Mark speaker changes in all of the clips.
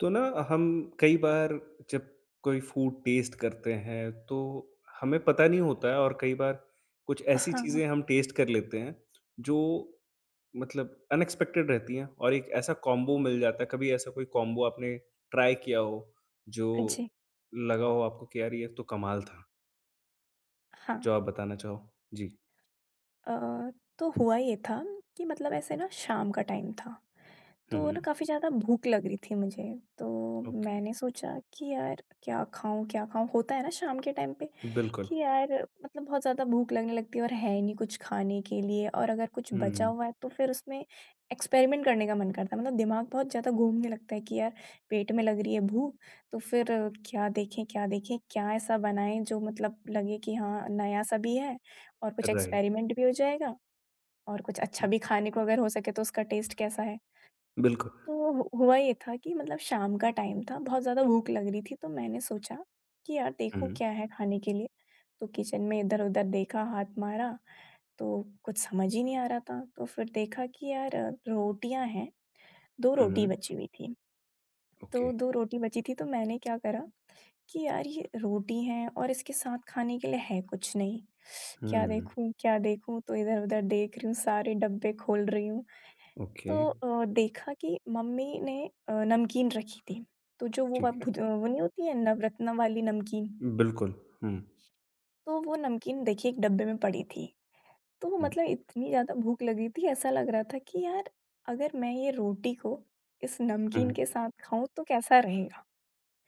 Speaker 1: तो ना हम कई बार जब कोई फूड टेस्ट करते हैं तो हमें पता नहीं होता है और कई बार कुछ ऐसी
Speaker 2: हाँ,
Speaker 1: चीज़ें हम टेस्ट कर लेते हैं जो मतलब अनएक्सपेक्टेड रहती हैं और एक ऐसा कॉम्बो मिल जाता है। कभी ऐसा कोई कॉम्बो आपने ट्राई किया हो जो
Speaker 2: जी,
Speaker 1: लगा हो आपको कि यार ये तो कमाल था?
Speaker 2: हाँ।
Speaker 1: जो आप बताना चाहो। जी।
Speaker 2: अ, तो हुआ ये था कि मतलब ऐसे ना शाम का टाइम था, तो ना
Speaker 1: हुँ,
Speaker 2: काफ़ी ज़्यादा भूख लग रही थी मुझे, तो
Speaker 1: ओके।
Speaker 2: मैंने सोचा कि यार क्या खाऊँ, क्या खाऊँ? होता है ना शाम के टाइम पे
Speaker 1: बिल्कुल।
Speaker 2: कि यार मतलब बहुत ज़्यादा भूख लगने लगती है और है ही नहीं कुछ खाने के लिए और अगर कुछ बचा
Speaker 1: हुँ,
Speaker 2: हुआ है तो फिर उसमें एक्सपेरिमेंट करने का मन करता है मतलब दिमाग बहुत ज़्यादा घूमने लगता है कि यार पेट में लग रही है भूख तो फिर क्या देखें क्या देखें क्या ऐसा बनाएं जो मतलब लगे कि हाँ नया सा भी है और कुछ
Speaker 1: राइट।
Speaker 2: एक्सपेरिमेंट भी हो जाएगा और कुछ अच्छा भी खाने को अगर हो सके तो उसका टेस्ट कैसा है।
Speaker 1: बिल्कुल।
Speaker 2: तो हु हुआ ये था कि मतलब शाम का टाइम था, बहुत ज़्यादा भूख लग रही थी, तो मैंने सोचा कि यार
Speaker 1: हुँ,
Speaker 2: देखूँ क्या है खाने के लिए? तो किचन में इधर-उधर देखा, हाथ मारा, तो कुछ समझ ही नहीं आ रहा था। तो फिर देखा कि यार रोटियाँ हैं, 2 रोटी
Speaker 1: हुँ,
Speaker 2: बची हुई थी।
Speaker 1: ओके।
Speaker 2: तो 2 रोटी बची थी, तो मैंने क्या करा कि यार ये रोटी हैं और इसके साथ खाने के लिए है कुछ नहीं। क्या
Speaker 1: हुँ,
Speaker 2: देखूँ, क्या देखूँ? तो इधर-उधर देख रही हूँ, सारे डब्बे खोल रही हूँ।
Speaker 1: ओके।
Speaker 2: तो देखा कि मम्मी ने नमकीन रखी थी, तो जो वो
Speaker 1: ठीक है।
Speaker 2: वो नहीं होती है नवरत्न वाली नमकीन,
Speaker 1: बिल्कुल। हुँ,
Speaker 2: तो वो नमकीन देखिए एक डब्बे में पड़ी थी। तो वो
Speaker 1: हुँ,
Speaker 2: मतलब इतनी ज़्यादा भूख लगी थी, ऐसा लग रहा था कि यार अगर मैं ये रोटी को इस
Speaker 1: हुँ,
Speaker 2: नमकीन के साथ खाऊँ तो कैसा रहेगा?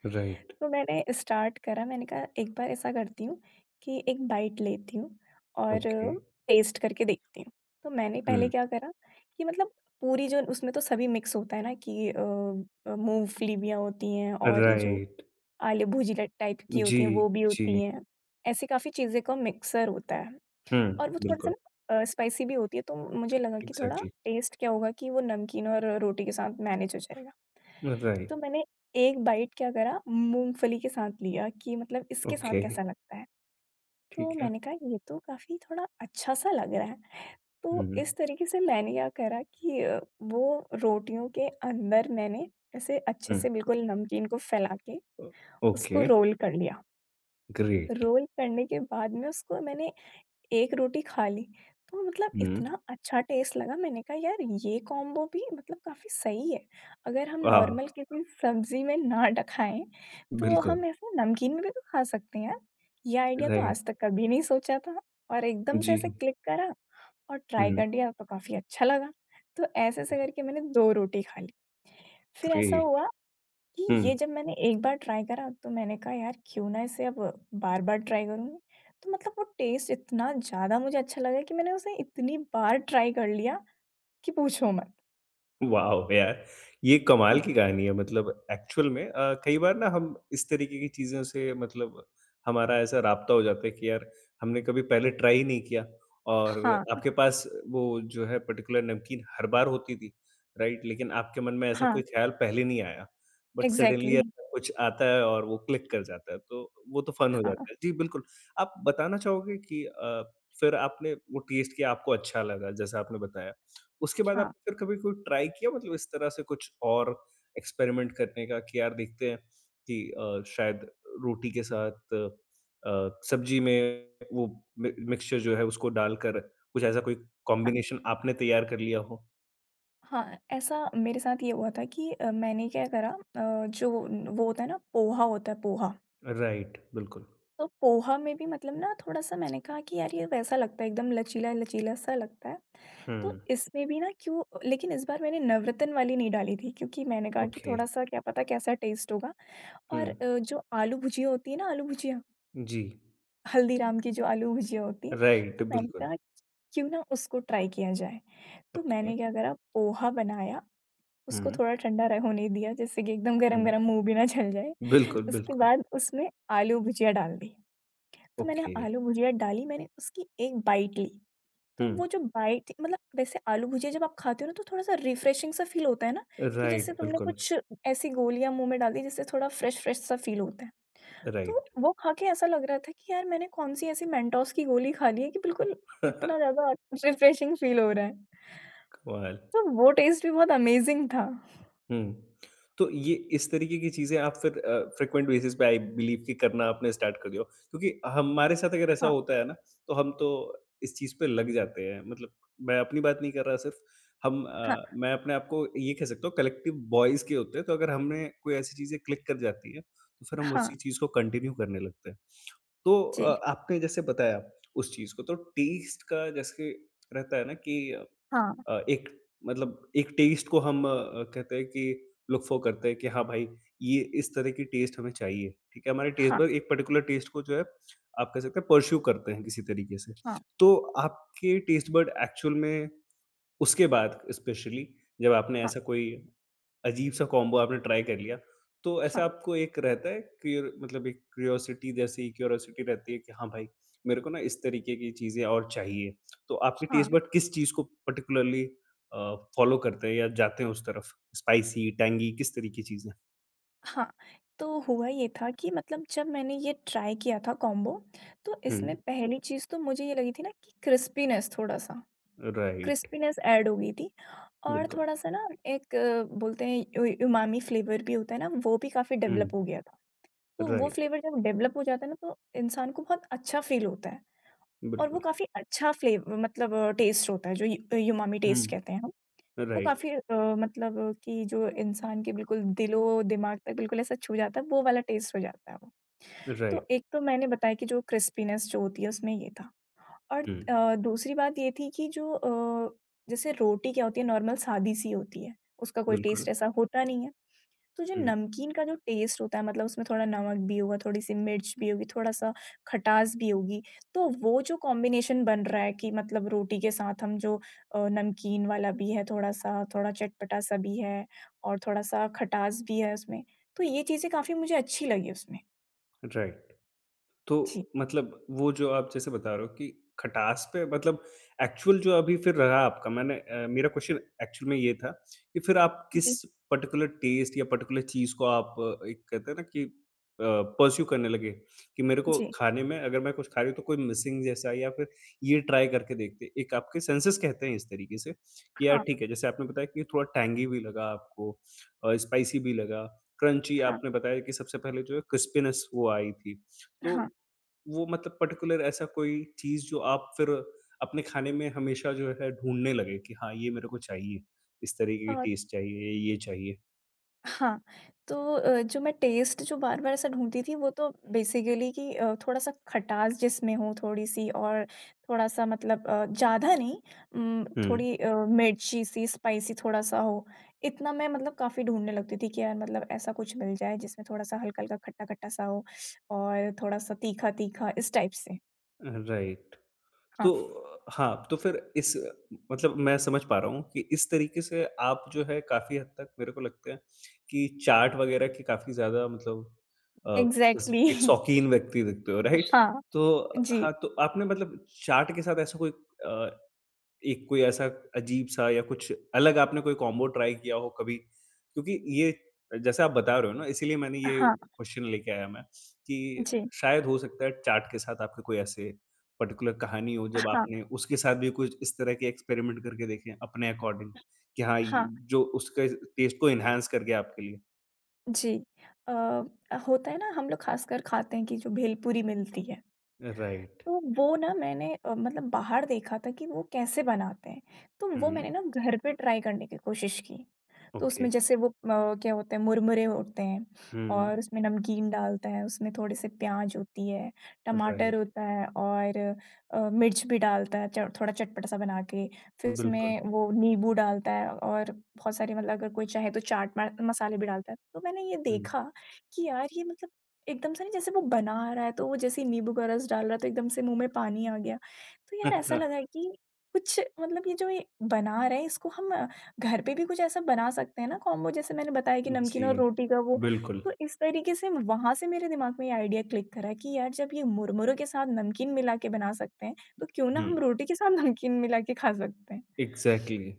Speaker 1: राइट,
Speaker 2: तो मैंने स्टार्ट करा मैंने कहा एक बार ऐसा करती हूँ कि एक बाइट लेती हूँ और
Speaker 1: ओके,
Speaker 2: टेस्ट करके देखती हूँ। तो मैंने
Speaker 1: हुँ,
Speaker 2: पहले क्या करा कि मतलब पूरी जो उसमें तो सभी मिक्स होता है ना कि मूँगफलियाँ होती हैं और ये जो
Speaker 1: राइट,
Speaker 2: आलू भुजिया टाइप की
Speaker 1: जी,
Speaker 2: होती हैं वो भी होती
Speaker 1: जी,
Speaker 2: हैं। ऐसी काफ़ी चीज़ें का मिक्सर होता है। और
Speaker 1: हुँ,
Speaker 2: वो थोड़ा-सा
Speaker 1: बिल्कुल,
Speaker 2: ना स्पाइसी भी होती है तो मुझे लगा कि थोड़ा
Speaker 1: एग्ज़ैक्टली,
Speaker 2: टेस्ट क्या होगा कि वो नमकीन और रोटी के साथ मैनेज हो जाएगा। तो
Speaker 1: राइट,
Speaker 2: मैंने एक बाइट क्या करा मूँगफली के साथ लिया कि मतलब इसके साथ
Speaker 1: ओके,
Speaker 2: कैसा लगता है? तो
Speaker 1: ठीक है,
Speaker 2: मैंने कहा ये तो काफ़ी थोड़ा अच्छा-सा लग रहा है। तो
Speaker 1: हुँ,
Speaker 2: इस तरीके से मैंने क्या करा कि वो रोटियों के अंदर मैंने ऐसे अच्छे
Speaker 1: हुँ,
Speaker 2: से बिल्कुल नमकीन को फैला के
Speaker 1: ओ ओके,
Speaker 2: उसको रोल कर लिया।
Speaker 1: ग्रेट,
Speaker 2: रोल करने के बाद में उसको मैंने एक रोटी खा ली। तो मतलब
Speaker 1: हुँ,
Speaker 2: इतना अच्छा टेस्ट लगा मैंने कहा यार ये कॉम्बो भी मतलब काफ़ी सही है। अगर हम
Speaker 1: वाह!
Speaker 2: नॉर्मल किसी सब्ज़ी में ना ड खाएँ तो
Speaker 1: बिल्कुल,
Speaker 2: हम ऐसे नमकीन में भी तो खा सकते हैं यार। ये आइडिया तो
Speaker 1: राइट,
Speaker 2: आज तक कभी नहीं सोचा था और एकदम से
Speaker 1: जी,
Speaker 2: ऐसे क्लिक करा और ट्राई
Speaker 1: हुँ,
Speaker 2: कर दिया तो काफ़ी अच्छा लगा। तो ऐसे-ऐसे करके मैंने 2 रोटी खा ली। फिर ऐसा
Speaker 1: ग्रेट,
Speaker 2: हुआ कि ये
Speaker 1: हुँ।
Speaker 2: जब मैंने एक बार ट्राई करा तो मैंने कहा यार क्यों ना इसे अब बार-बार ट्राई करूँगी। तो मतलब वो टेस्ट इतना ज़्यादा मुझे अच्छा लगा कि मैंने उसे इतनी बार ट्राई कर लिया कि पूछो मत।
Speaker 1: वाओ! यार, ये कमाल की कहानी है। मतलब एक्चुअल में कई बार ना हम इस तरीके की चीज़ों से मतलब हमारा ऐसा राब्ता हो जाता है कि यार हमने कभी पहले ट्राई ही नहीं किया। और
Speaker 2: हाँ,
Speaker 1: आपके पास वो जो है पर्टिकुलर नमकीन हर बार होती थी, राइट? लेकिन आपके मन में ऐसा
Speaker 2: हाँ,
Speaker 1: कोई ख़्याल पहले नहीं आया, बट सडनली
Speaker 2: एग्ज़ैक्टली।
Speaker 1: ऐसा कुछ आता है और वो क्लिक कर जाता है, तो वो तो फन हो
Speaker 2: हाँ,
Speaker 1: जाता है। जी, बिल्कुल। आप बताना चाहोगे कि फिर आपने वो टेस्ट किया, आपको अच्छा लगा जैसा आपने बताया? उसके बाद
Speaker 2: हाँ,
Speaker 1: आपने फिर कभी कोई ट्राई किया मतलब इस तरह से कुछ और एक्सपेरिमेंट करने का कि यार देखते हैं कि शायद रोटी के साथ सब्जी में वो मि मिक्सचर जो है उसको डालकर कुछ ऐसा कोई
Speaker 2: हाँ,
Speaker 1: कॉम्बिनेशन आपने तैयार कर लिया हो?
Speaker 2: हाँ, ऐसा मेरे साथ ये हुआ था कि मैंने क्या करा जो वो होता है ना पोहा होता है पोहा।
Speaker 1: राइट, बिल्कुल।
Speaker 2: तो पोहा में भी मतलब ना थोड़ा-सा मैंने कहा कि यार ये वैसा लगता है एकदम लचीला-लचीला सा लगता है।
Speaker 1: हुँ,
Speaker 2: तो इसमें भी ना क्यों लेकिन इस बार मैंने नवरत्न वाली नहीं डाली थी क्योंकि मैंने कहा कि
Speaker 1: ओके।
Speaker 2: थोड़ा-सा क्या पता कैसा टेस्ट होगा
Speaker 1: हुँ,
Speaker 2: और जो आलू भुजिया होती है ना आलू भुजिया,
Speaker 1: जी।
Speaker 2: हल्दीराम की जो आलू भुजिया होती है,
Speaker 1: राइट,
Speaker 2: तो मैंने
Speaker 1: बिल्कुल।
Speaker 2: कहा क्यों ना उसको ट्राई किया जाए। तो
Speaker 1: ओके।
Speaker 2: मैंने क्या करा पोहा बनाया, उसको
Speaker 1: हुँ,
Speaker 2: थोड़ा ठंडा र होने दिया जैसे कि एकदम
Speaker 1: हुँ।
Speaker 2: गरम-गरम मुँह भी ना जल जाए।
Speaker 1: बिल्कुल,
Speaker 2: उसके
Speaker 1: बिल्कुल।
Speaker 2: बाद उसमें आलू भुजिया डाल दी। तो मैंने
Speaker 1: ओके।
Speaker 2: आलू भुजिया डाली, मैंने उसकी एक बाइट ली, तो
Speaker 1: हुँ,
Speaker 2: वो जो बाइट मतलब वैसे आलू भुजिया जब आप खाते हो ना तो थोड़ा-सा रिफ्रेशिंग सा फ़ील होता है ना, कि
Speaker 1: राइट,
Speaker 2: जैसे तुमने
Speaker 1: बिल्कुल,
Speaker 2: कुछ ऐसी गोलियाँ मुँह में डाल दी जिससे थोड़ा फ्रेश-फ्रेश सा फ़ील होता है। तो
Speaker 1: राइट।
Speaker 2: वो खा के ऐसा लग रहा था कि यार मैंने कौन-सी ऐसी मेंटोस की गोली खा ली है कि बिल्कुल इतना ज़्यादा रिफ्रेशिंग फ़ील हो रहा है।
Speaker 1: कमाल।
Speaker 2: तो वो टेस्ट भी बहुत अमेज़िंग था।
Speaker 1: हुँ। तो ये इस तरीके की चीज़ें आप फिर फ्रीक्वेंट बेसिस पे आई बिलीव कि करना आपने स्टार्ट कर दिया हो। क्योंकि हमारे साथ अगर ऐसा
Speaker 2: हाँ,
Speaker 1: होता है ना, तो हम तो इस चीज़ पे लग जाते हैं। मतलब मैं अपनी बात नहीं कर रहा सिर्फ़,
Speaker 2: हाँ,
Speaker 1: मैं अपने आप को ये कह सकता हूँ कलेक्टिव बॉयज़ के होते हैं, तो अगर हमने कोई ऐसी चीज़ें क्लिक कर जाती हैं, तो फिर हम
Speaker 2: हाँ,
Speaker 1: उसी चीज़ को कंटिन्यू करने लगते हैं। तो
Speaker 2: जी।
Speaker 1: आपने जैसे बताया उस चीज़ को, तो टेस्ट का जैसे रहता है ना कि
Speaker 2: हाँ,
Speaker 1: अ, एक एक टेस्ट को हम कहते हैं कि लुक फॉर करते हैं कि हाँ भाई, ये इस तरह की टेस्ट हमें चाहिए, ठीक है? हमारे टेस्ट
Speaker 2: हाँ,
Speaker 1: बड एक पर्टिकुलर टेस्ट को जो है आप कह सकते हैं परस्यू करते हैं किसी तरीके से।
Speaker 2: हाँ,
Speaker 1: तो आपके टेस्ट बड एक्चुअल में उसके बाद स्पेशली जब आपने
Speaker 2: हाँ,
Speaker 1: ऐसा कोई अजीब-सा कॉम्बो आपने ट्राई कर लिया, तो
Speaker 2: हाँ,
Speaker 1: ऐसा आपको एक रहता है क्यूर मतलब एक क्यूरियोसिटी जैसी क्यूरियोसिटी रहती है कि हाँ भाई, मेरे को ना इस तरीके की चीज़ें और चाहिए। तो आपके
Speaker 2: हाँ।
Speaker 1: टेस्ट बड किस चीज़ को पार्टिकुलरली फ़ॉलो करते हैं या जाते हैं उस तरफ? स्पाइसी, टैंगी किस तरह की चीज़ें?
Speaker 2: हाँ, तो हुआ ये था कि मतलब जब मैंने ये ट्राई किया था कॉम्बो, तो
Speaker 1: हुँ,
Speaker 2: इसमें पहली चीज़ तो मुझे ये लगी थी ना कि क्रिस्पीनेस थोड़ा-सा,
Speaker 1: राइट,
Speaker 2: क्रिस्पीनेस ऐड हो गई थी और
Speaker 1: बिल्कुल।
Speaker 2: थोड़ा-सा ना एक बोलते हैं उ उमामी फ्लेवर भी होता है ना, वो भी काफ़ी
Speaker 1: हुँ,
Speaker 2: डेवलप हो गया था। तो वो
Speaker 1: राइट,
Speaker 2: फ्लेवर जब डेवलप हो जाता है ना, तो इंसान को बहुत अच्छा फ़ील होता है और वो
Speaker 1: बिल्कुल।
Speaker 2: काफ़ी अच्छा फ्लेव मतलब टेस्ट होता है, जो यू उमामी टेस्ट
Speaker 1: हुँ,
Speaker 2: कहते हैं। वो
Speaker 1: राइट,
Speaker 2: काफ़ी मतलब कि जो इंसान के बिल्कुल दिलो-दिमाग तक बिल्कुल ऐसा छू जाता है, वो वाला टेस्ट हो जाता है वो। तो
Speaker 1: राइट।
Speaker 2: एक तो मैंने बताया कि जो क्रिस्पीनेस जो होती है उसमें ये था और
Speaker 1: हुँ,
Speaker 2: दूसरी बात ये थी कि जो जैसे रोटी क्या होती है नॉर्मल सादी-सी होती है, उसका कोई
Speaker 1: बिल्कुल।
Speaker 2: टेस्ट ऐसा होता नहीं है। तो जो
Speaker 1: हुँ,
Speaker 2: नमकीन का जो टेस्ट होता है मतलब उसमें थोड़ा नमक भी होगा, थोड़ी-सी मिर्च भी होगी, थोड़ा-सा खटास भी होगी, तो वो जो कॉम्बिनेशन बन रहा है कि मतलब रोटी के साथ हम जो नमकीन वाला भी है थोड़ा-सा, थोड़ा चटपटा-सा भी है और थोड़ा-सा खटास भी है उसमें, तो ये चीज़ें काफ़ी मुझे अच्छी लगी उसमें।
Speaker 1: राइट। तो
Speaker 2: जी।
Speaker 1: मतलब वो जो आप जैसे बता रहे हो कि खटास पे मतलब एक्चुअल जो अभी फिर रहा आपका मेरा क्वेश्चन एक्चुअल में ये था कि फिर आप किस
Speaker 2: जी,
Speaker 1: पर्टिकुलर टेस्ट या पर्टिकुलर चीज को आप एक कहते हैं ना कि परस्यू करने लगे कि मेरे को
Speaker 2: जी।
Speaker 1: खाने में अगर मैं कुछ खा रही हूँ तो कोई मिसिंग जैसा या फिर ये ट्राई करके देखते एक आपके सेंसेस कहते हैं इस तरीके से कि यार
Speaker 2: हाँ,
Speaker 1: ठीक है जैसे आपने बताया कि थोड़ा टैंगी भी लगा आपको, स्पाइसी भी लगा, क्रंची
Speaker 2: हाँ,
Speaker 1: आपने बताया कि सबसे पहले जो है क्रिस्पीनेस वो आई थी। तो
Speaker 2: हाँ।
Speaker 1: वो मतलब पर्टिकुलर ऐसा कोई चीज़ जो आप फिर अपने खाने में हमेशा जो है ढूँढने लगे कि हाँ, ये मेरे को चाहिए, इस तरीके
Speaker 2: अ
Speaker 1: की टेस्ट चाहिए, ये चाहिए?
Speaker 2: हाँ, तो जो मैं टेस्ट जो बार-बार ऐसा ढूँढती थी वो तो बेसिकली कि थोड़ा-सा खटास जिसमें हो थोड़ी-सी और थोड़ा-सा मतलब ज़्यादा नहीं उम,
Speaker 1: हुँ,
Speaker 2: थोड़ी मिर्ची-सी स्पाइसी थोड़ा-सा हो। इतना मैं मतलब काफ़ी ढूँढने लगती थी कि यार मतलब ऐसा कुछ मिल जाए जिसमें थोड़ा-सा हल्का-हल्का खट्टा-खट्टा सा हो और थोड़ा-सा तीखा-तीखा इस टाइप से।
Speaker 1: राइट। तो
Speaker 2: हाँ,
Speaker 1: हाँ, तो फिर इस मतलब मैं समझ पा रहा हूँ कि इस तरीके से आप जो है काफ़ी हद तक मेरे को लगता है कि चाट वग़ैरह की काफ़ी ज़्यादा मतलब अ, स
Speaker 2: एग्ज़ैक्टली।
Speaker 1: एक शौकीन व्यक्ति दिखते हो, राइट?
Speaker 2: हाँ,
Speaker 1: तो
Speaker 2: जी।
Speaker 1: हाँ, तो आपने मतलब चाट के साथ ऐसा कोई अ एक कोई ऐसा अजीब-सा या कुछ अलग आपने कोई कॉम्बो ट्राई किया हो कभी? क्योंकि ये जैसे आप बता रहे हो ना इसीलिए मैंने ये
Speaker 2: हाँ,
Speaker 1: क्वेश्चन लेके आया मैं कि
Speaker 2: जी।
Speaker 1: शायद हो सकता है चाट के साथ आपके कोई ऐसे पर्टिकुलर कहानी हो जब
Speaker 2: हाँ,
Speaker 1: आपने उसके साथ भी कुछ इस तरह के एक्सपेरिमेंट करके देखें अपने अकॉर्डिंग कि हाँ, ये
Speaker 2: हाँ।
Speaker 1: जो उसके टेस्ट को एनहांस कर गया आपके लिए।
Speaker 2: जी। होता है ना हम लोग ख़ासकर खाते हैं कि जो भेलपुरी मिलती है,
Speaker 1: राइट।
Speaker 2: तो वो ना मैंने मतलब बाहर देखा था कि वो कैसे बनाते हैं, तो वो
Speaker 1: हुँ,
Speaker 2: मैंने ना घर पे ट्राई करने की कोशिश की। तो
Speaker 1: ओके।
Speaker 2: उसमें जैसे वो क्या होते हैं मुरमुरे होते हैं और
Speaker 1: हुँ,
Speaker 2: उसमें नमकीन डालता है, उसमें थोड़े से प्याज़ होती है, टमाटर
Speaker 1: राइट।
Speaker 2: होता है और मिर्च भी डालता है च थोड़ा चटपटा-सा बना के। फिर
Speaker 1: बिल्कुल।
Speaker 2: उसमें वो नींबू डालता है और बहुत सारे मतलब अगर कोई चाहे तो चाट म मसाले भी डालता है। तो मैंने ये
Speaker 1: हुँ।
Speaker 2: देखा कि यार ये मतलब एकदम से ना जैसे वो बना आ रहा है तो वो जैसे ही नींबू का रस डाल रहा है तो एकदम से मुँह में पानी आ गया। तो यार ऐसा लगा कि कुछ मतलब ये जो ये बना रहे हैं इसको हम घर पे भी कुछ ऐसा बना सकते हैं ना कॉम्बो जैसे मैंने बताया कि नमकीन
Speaker 1: जी,
Speaker 2: और रोटी का वो।
Speaker 1: बिल्कुल।
Speaker 2: तो इस तरीके से वहाँ से मेरे दिमाग में ये आइडिया क्लिक करा कि यार जब ये मुरमुरे के साथ नमकीन मिला के बना सकते हैं, तो क्यों ना
Speaker 1: हुँ,
Speaker 2: हम रोटी के साथ नमकीन मिला के खा सकते हैं।
Speaker 1: एग्ज़ैक्टली।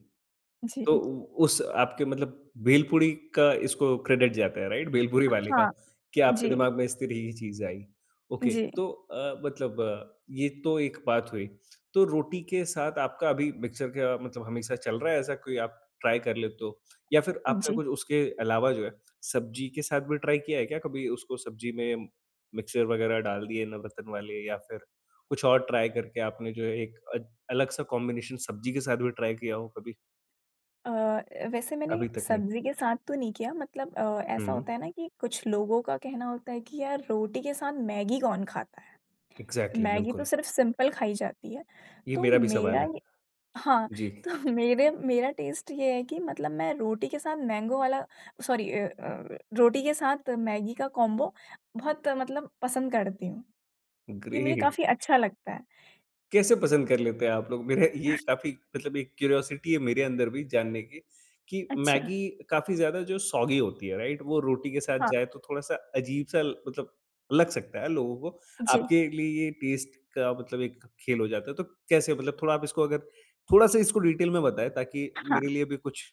Speaker 1: तो
Speaker 2: जी।
Speaker 1: उ उस आपके मतलब भेलपूरी का इसको क्रेडिट जाता है, राइट? भेलपूरी वाले का,
Speaker 2: हाँ।
Speaker 1: कि आपके
Speaker 2: जी,
Speaker 1: दिमाग में इस तरह की चीज़ आई। ओके,
Speaker 2: जी,
Speaker 1: तो मतलब ये तो एक बात हुई। तो रोटी के साथ आपका अभी मिक्सचर का मतलब हमेशा चल रहा है ऐसा कोई आप ट्राई कर लेते हो? या फिर आपने
Speaker 2: जी।
Speaker 1: कुछ उसके अलावा जो है, सब्जी के साथ भी ट्राई किया है क्या कभी उसको सब्जी में मिक्सचर वगैरह डाल दिए नवरत्न वाले या फिर कुछ और ट्राई करके आपने जो है एक अलग-सा कॉम्बिनेशन सब्जी के साथ भी ट्राई किया हो कभी?
Speaker 2: अ, वैसे मैंने
Speaker 1: अभी तक नहीं।
Speaker 2: सब्ज़ी के साथ तो नहीं किया मतलब ऐसा
Speaker 1: हुँ।
Speaker 2: होता है ना कि कुछ लोगों का कहना होता है कि यार रोटी के साथ मैगी कौन खाता है?
Speaker 1: एग्ज़ैक्टली,
Speaker 2: मैगी तो
Speaker 1: बिल्कुल।
Speaker 2: सिर्फ़ सिंपल खाई जाती है।
Speaker 1: ये
Speaker 2: तो
Speaker 1: मेरा भी सवाल
Speaker 2: मेरा
Speaker 1: है।
Speaker 2: ये हाँ,
Speaker 1: जी,
Speaker 2: तो मेरे मेरा टेस्ट ये है कि मतलब मैं रोटी के साथ मैंगो वाला सॉरी अ अ, रोटी के साथ मैगी का कॉम्बो बहुत मतलब पसंद करती हूँ। ये मुझे काफ़ी
Speaker 1: ग्रेट!
Speaker 2: अच्छा लगता है।
Speaker 1: कैसे पसंद कर लेते हैं आप लोग? मेरा ये काफ़ी मतलब एक क्यूरियोसिटी है मेरे अंदर भी जानने की कि
Speaker 2: अच्छा,
Speaker 1: मैगी काफ़ी ज़्यादा जो सॉगी होती है, राइट? वो रोटी के साथ
Speaker 2: हाँ,
Speaker 1: जाए तो थोड़ा-सा अजीब-सा मतलब लग सकता है लोगों को।
Speaker 2: जी।
Speaker 1: आपके लिए ये टेस्ट का मतलब एक खेल हो जाता है, तो कैसे मतलब थोड़ा आप इसको अगर थोड़ा-सा इसको डिटेल में बताएँ ताकि
Speaker 2: हाँ,
Speaker 1: मेरे लिए भी कुछ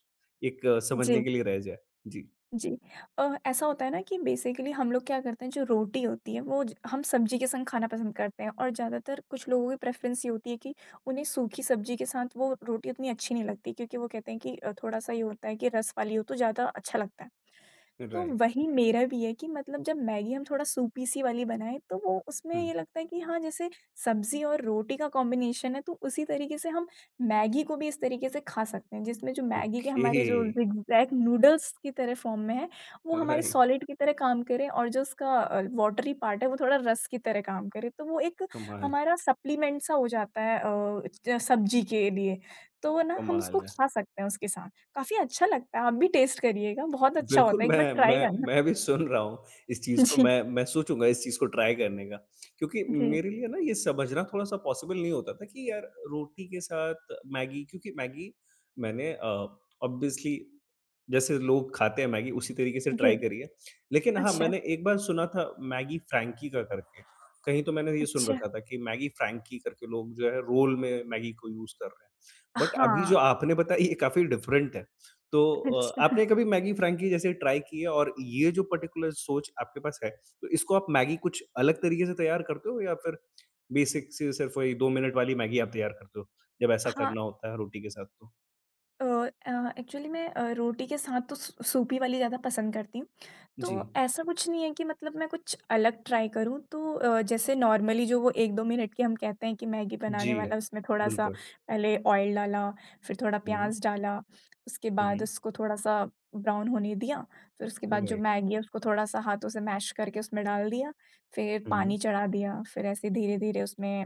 Speaker 1: एक
Speaker 2: जी।
Speaker 1: समझने के लिए रह जाए? जी,
Speaker 2: जी। ऐसा होता है ना कि बेसिकली हम लोग क्या करते हैं जो रोटी होती है वो ज हम सब्जी के संग खाना पसंद करते हैं और ज़्यादातर कुछ लोगों की प्रेफ़रेंस ये होती है कि उन्हें सूखी सब्जी के साथ वो रोटी उतनी अच्छी नहीं लगती क्योंकि वो कहते हैं कि थोड़ा-सा ये होता है कि रस वाली हो तो ज़्यादा अच्छा लगता है। तो
Speaker 1: राइट।
Speaker 2: वही मेरा भी है कि मतलब जब मैगी हम थोड़ा सूपी सी वाली बनाएँ, तो वो उसमें
Speaker 1: हुँ,
Speaker 2: ये लगता है कि हाँ, जैसे सब्ज़ी और रोटी का कॉम्बिनेशन है, तो उसी तरीके से हम मैगी को भी इस तरीके से खा सकते हैं, जिसमें जो मैगी के
Speaker 1: ओके।
Speaker 2: हमारे जो ज़िगज़ैग नूडल्स की तरह फ़ॉर्म में है, वो हमारे
Speaker 1: राइट।
Speaker 2: सॉलिड की तरह काम करें और जो उसका वॉटरी पार्ट है, वो थोड़ा रस की तरह काम करे। तो वो एक
Speaker 1: कमाल,
Speaker 2: हमारा सप्लीमेंट सा हो जाता है अ, ज सब्ज़ी के लिए, तो ना हम उसको
Speaker 1: कमाल है।
Speaker 2: खा सकते हैं उसके साथ। काफ़ी अच्छा लगता है, आप भी टेस्ट करिएगा, बहुत अच्छा
Speaker 1: बिल्कुल,
Speaker 2: होता है, एक बार
Speaker 1: मैं
Speaker 2: ट्राई
Speaker 1: मैं
Speaker 2: करना।
Speaker 1: मैं भी सुन रहा हूँ इस चीज़ को,
Speaker 2: जी,
Speaker 1: मैं सोचूँगा इस चीज़ को ट्राई करने का। क्योंकि
Speaker 2: जी,
Speaker 1: मेरे लिए ना ये समझना थोड़ा-सा पॉसिबल नहीं होता था कि यार रोटी के साथ मैगी क्योंकि मैगी मैंने ऑब्वियसली जैसे लोग खाते हैं मैगी उसी तरीके से ट्राई
Speaker 2: जी।
Speaker 1: करी है। लेकिन हाँ,
Speaker 2: अच्छा,
Speaker 1: मैंने एक बार सुना था मैगी फ्रैंकी का करके, कहीं तो मैंने ये सुन
Speaker 2: अच्छा।
Speaker 1: रखा था कि मैगी फ्रैंकी करके लोग जो है रोल में मैगी को यूज़ कर रहे हैं। बट अभी जो
Speaker 2: हाँ,
Speaker 1: आपने बताई ये काफ़ी डिफरेंट है। तो
Speaker 2: अच्छा।
Speaker 1: आपने कभी मैगी फ्रैंकी जैसे ट्राई की है और ये जो पर्टिकुलर सोच आपके पास है, तो इसको आप मैगी कुछ अलग तरीके से तैयार करते हो या फिर बेसिक से सिर्फ़ वही 2 मिनट वाली मैगी आप तैयार करते हो, जब ऐसा
Speaker 2: हाँ,
Speaker 1: करना होता है रोटी के साथ तो?
Speaker 2: अ एक्चुअली मैं रोटी के साथ तो सू सूपी वाली ज़्यादा पसंद करती हूँ। तो
Speaker 1: जी।
Speaker 2: ऐसा कुछ नहीं है कि मतलब मैं कुछ अलग ट्राई करूँ तो जैसे नॉर्मली जो वो 1-2 मिनट के हम कहते हैं कि मैगी बनाने
Speaker 1: जी,
Speaker 2: वाला उसमें थोड़ा-सा
Speaker 1: बिल्कुल।
Speaker 2: पहले ऑयल डाला, फिर थोड़ा
Speaker 1: हुँ,
Speaker 2: प्याज़ डाला, उसके बाद
Speaker 1: हुँ,
Speaker 2: उसको थोड़ा-सा ब्राउन होने दिया, फिर उसके बाद जो
Speaker 1: राइट।
Speaker 2: मैगी है उसको थोड़ा-सा हाथों से मैश करके उसमें डाल दिया, फिर
Speaker 1: हुँ,
Speaker 2: पानी चढ़ा दिया, फिर ऐसे धीरे-धीरे उसमें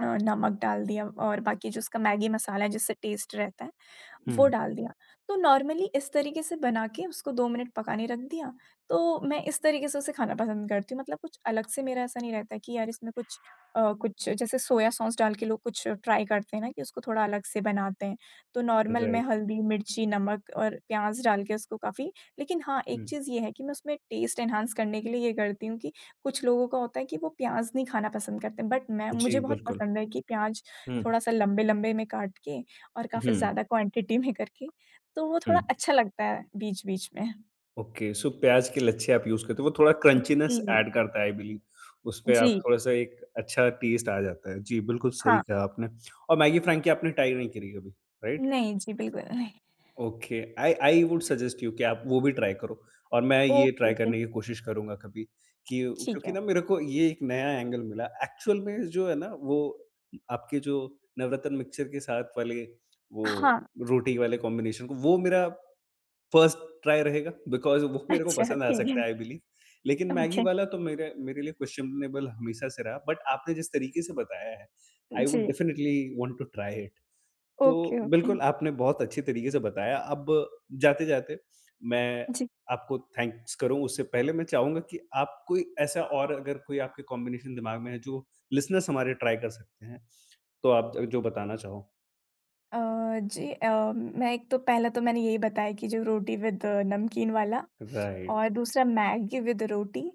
Speaker 2: नमक डाल दिया और बाकी जो उसका मैगी मसाला है जिससे टेस्ट रहता है वो
Speaker 1: हुँ,
Speaker 2: डाल दिया। तो नॉर्मली इस तरीके से बना के उसको 2 मिनट पकाने रख दिया, तो मैं इस तरीके से उसे खाना पसंद करती हूँ। मतलब कुछ अलग से मेरा ऐसा नहीं रहता है कि यार इसमें कुछ जैसे सोया सॉस डाल के लोग कुछ ट्राई करते हैं ना कि उसको थोड़ा अलग से बनाते हैं। तो नॉर्मल मैं
Speaker 1: राइट।
Speaker 2: हल्दी, मिर्ची, नमक और प्याज़ डाल के उसको काफ़ी लेकिन हाँ, एक
Speaker 1: हुँ,
Speaker 2: चीज़ ये है कि मैं उसमें टेस्ट एनहांस करने के लिए ये करती हूँ कि कुछ लोगों का होता है कि वो प्याज़ नहीं खाना पसंद करते, बट मैं
Speaker 1: जी,
Speaker 2: मुझे बहुत
Speaker 1: बिल्कुल।
Speaker 2: पसंद है कि प्याज़
Speaker 1: हुँ,
Speaker 2: थोड़ा-सा लंबे-लंबे में काट के और काफ़ी
Speaker 1: हुँ,
Speaker 2: ज़्यादा क्वांटिटी में करके, तो वो
Speaker 1: हुँ।
Speaker 2: थोड़ा अच्छा लगता है बीच-बीच में।
Speaker 1: ओके, सो प्याज़ के लच्छे आप यूज़ करते हो, वो थोड़ा क्रंचीनेस
Speaker 2: जी,
Speaker 1: ऐड करता है आई बिलीव, उसपे आप
Speaker 2: जी,
Speaker 1: थोड़ा-सा एक अच्छा टेस्ट आ जाता है। जी, बिल्कुल सही
Speaker 2: हाँ।
Speaker 1: कहा आपने। और मैगी फ्रैंकी आपने ट्राई नहीं करी कभी, राइट?
Speaker 2: नहीं, जी, बिल्कुल नहीं।
Speaker 1: Okay, I I would suggest you कि आप वो भी ट्राई करो और मैं ये
Speaker 2: ओके,
Speaker 1: ट्राई
Speaker 2: ओके,
Speaker 1: करने की कोशिश करूँगा कभी। कि
Speaker 2: ठीक
Speaker 1: क्योंकि
Speaker 2: है।
Speaker 1: ना मेरे को ये एक नया एंगल मिला। एक्चुअल में जो है ना वो आपके जो नवरत्न मिक्सचर के साथ वाले वो
Speaker 2: हाँ,
Speaker 1: रोटी वाले कॉम्बिनेशन को वो मेरा फर्स्ट ट्राई रहेगा बिकॉज़ वो मेरे को
Speaker 2: अच्छा,
Speaker 1: पसंद आ
Speaker 2: ठीक
Speaker 1: सकता
Speaker 2: है।
Speaker 1: है आई बिलीव। लेकिन मैगी
Speaker 2: ओके,
Speaker 1: वाला तो मेरे मेरे लिए क्वेश्चनेबल हमेशा से रहा बट आपने जिस तरीके से बताया है, आई वुड
Speaker 2: जी,
Speaker 1: definitely want to try it. तो
Speaker 2: ओके, ओके,
Speaker 1: बिल्कुल आपने बहुत अच्छी तरीके से बताया। अब जाते-जाते मैं
Speaker 2: जी।
Speaker 1: आपको थैंक्स करूँ उससे पहले मैं चाहूँगा कि आप कोई ऐसा और अगर कोई आपके कॉम्बिनेशन दिमाग में है जो लिसनर्स हमारे ट्राई कर सकते हैं, तो आप जो बताना चाहो?
Speaker 2: अ, जी मैं एक तो पहला तो मैंने यही बताया कि जो रोटी विद नमकीन वाला
Speaker 1: राइट।
Speaker 2: और दूसरा मैगी विद रोटी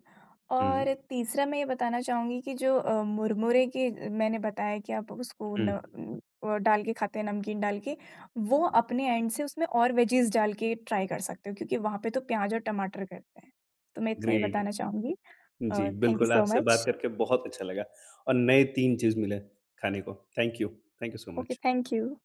Speaker 2: और
Speaker 1: हुँ,
Speaker 2: तीसरा मैं ये बताना चाहूँगी कि जो मुरमुरे की मैंने बताया कि आप उसको
Speaker 1: हुँ।
Speaker 2: न उम, अ, डाल के खाते हैं नमकीन डाल के, वो अपने एंड से उसमें और वेजीज़ डाल के ट्राई कर सकते हो क्योंकि वहाँ पे तो प्याज़ और टमाटर करते हैं। तो मैं इतना ही
Speaker 1: ग्रेट।
Speaker 2: बताना चाहूँगी।
Speaker 1: जी,
Speaker 2: थैंक यू
Speaker 1: बिल्कुल,
Speaker 2: सो
Speaker 1: आपसे बात
Speaker 2: मच।
Speaker 1: करके बहुत अच्छा लगा और नए 3 चीज़ मिले खाने को। Thank you so
Speaker 2: okay,
Speaker 1: much.
Speaker 2: Thank you.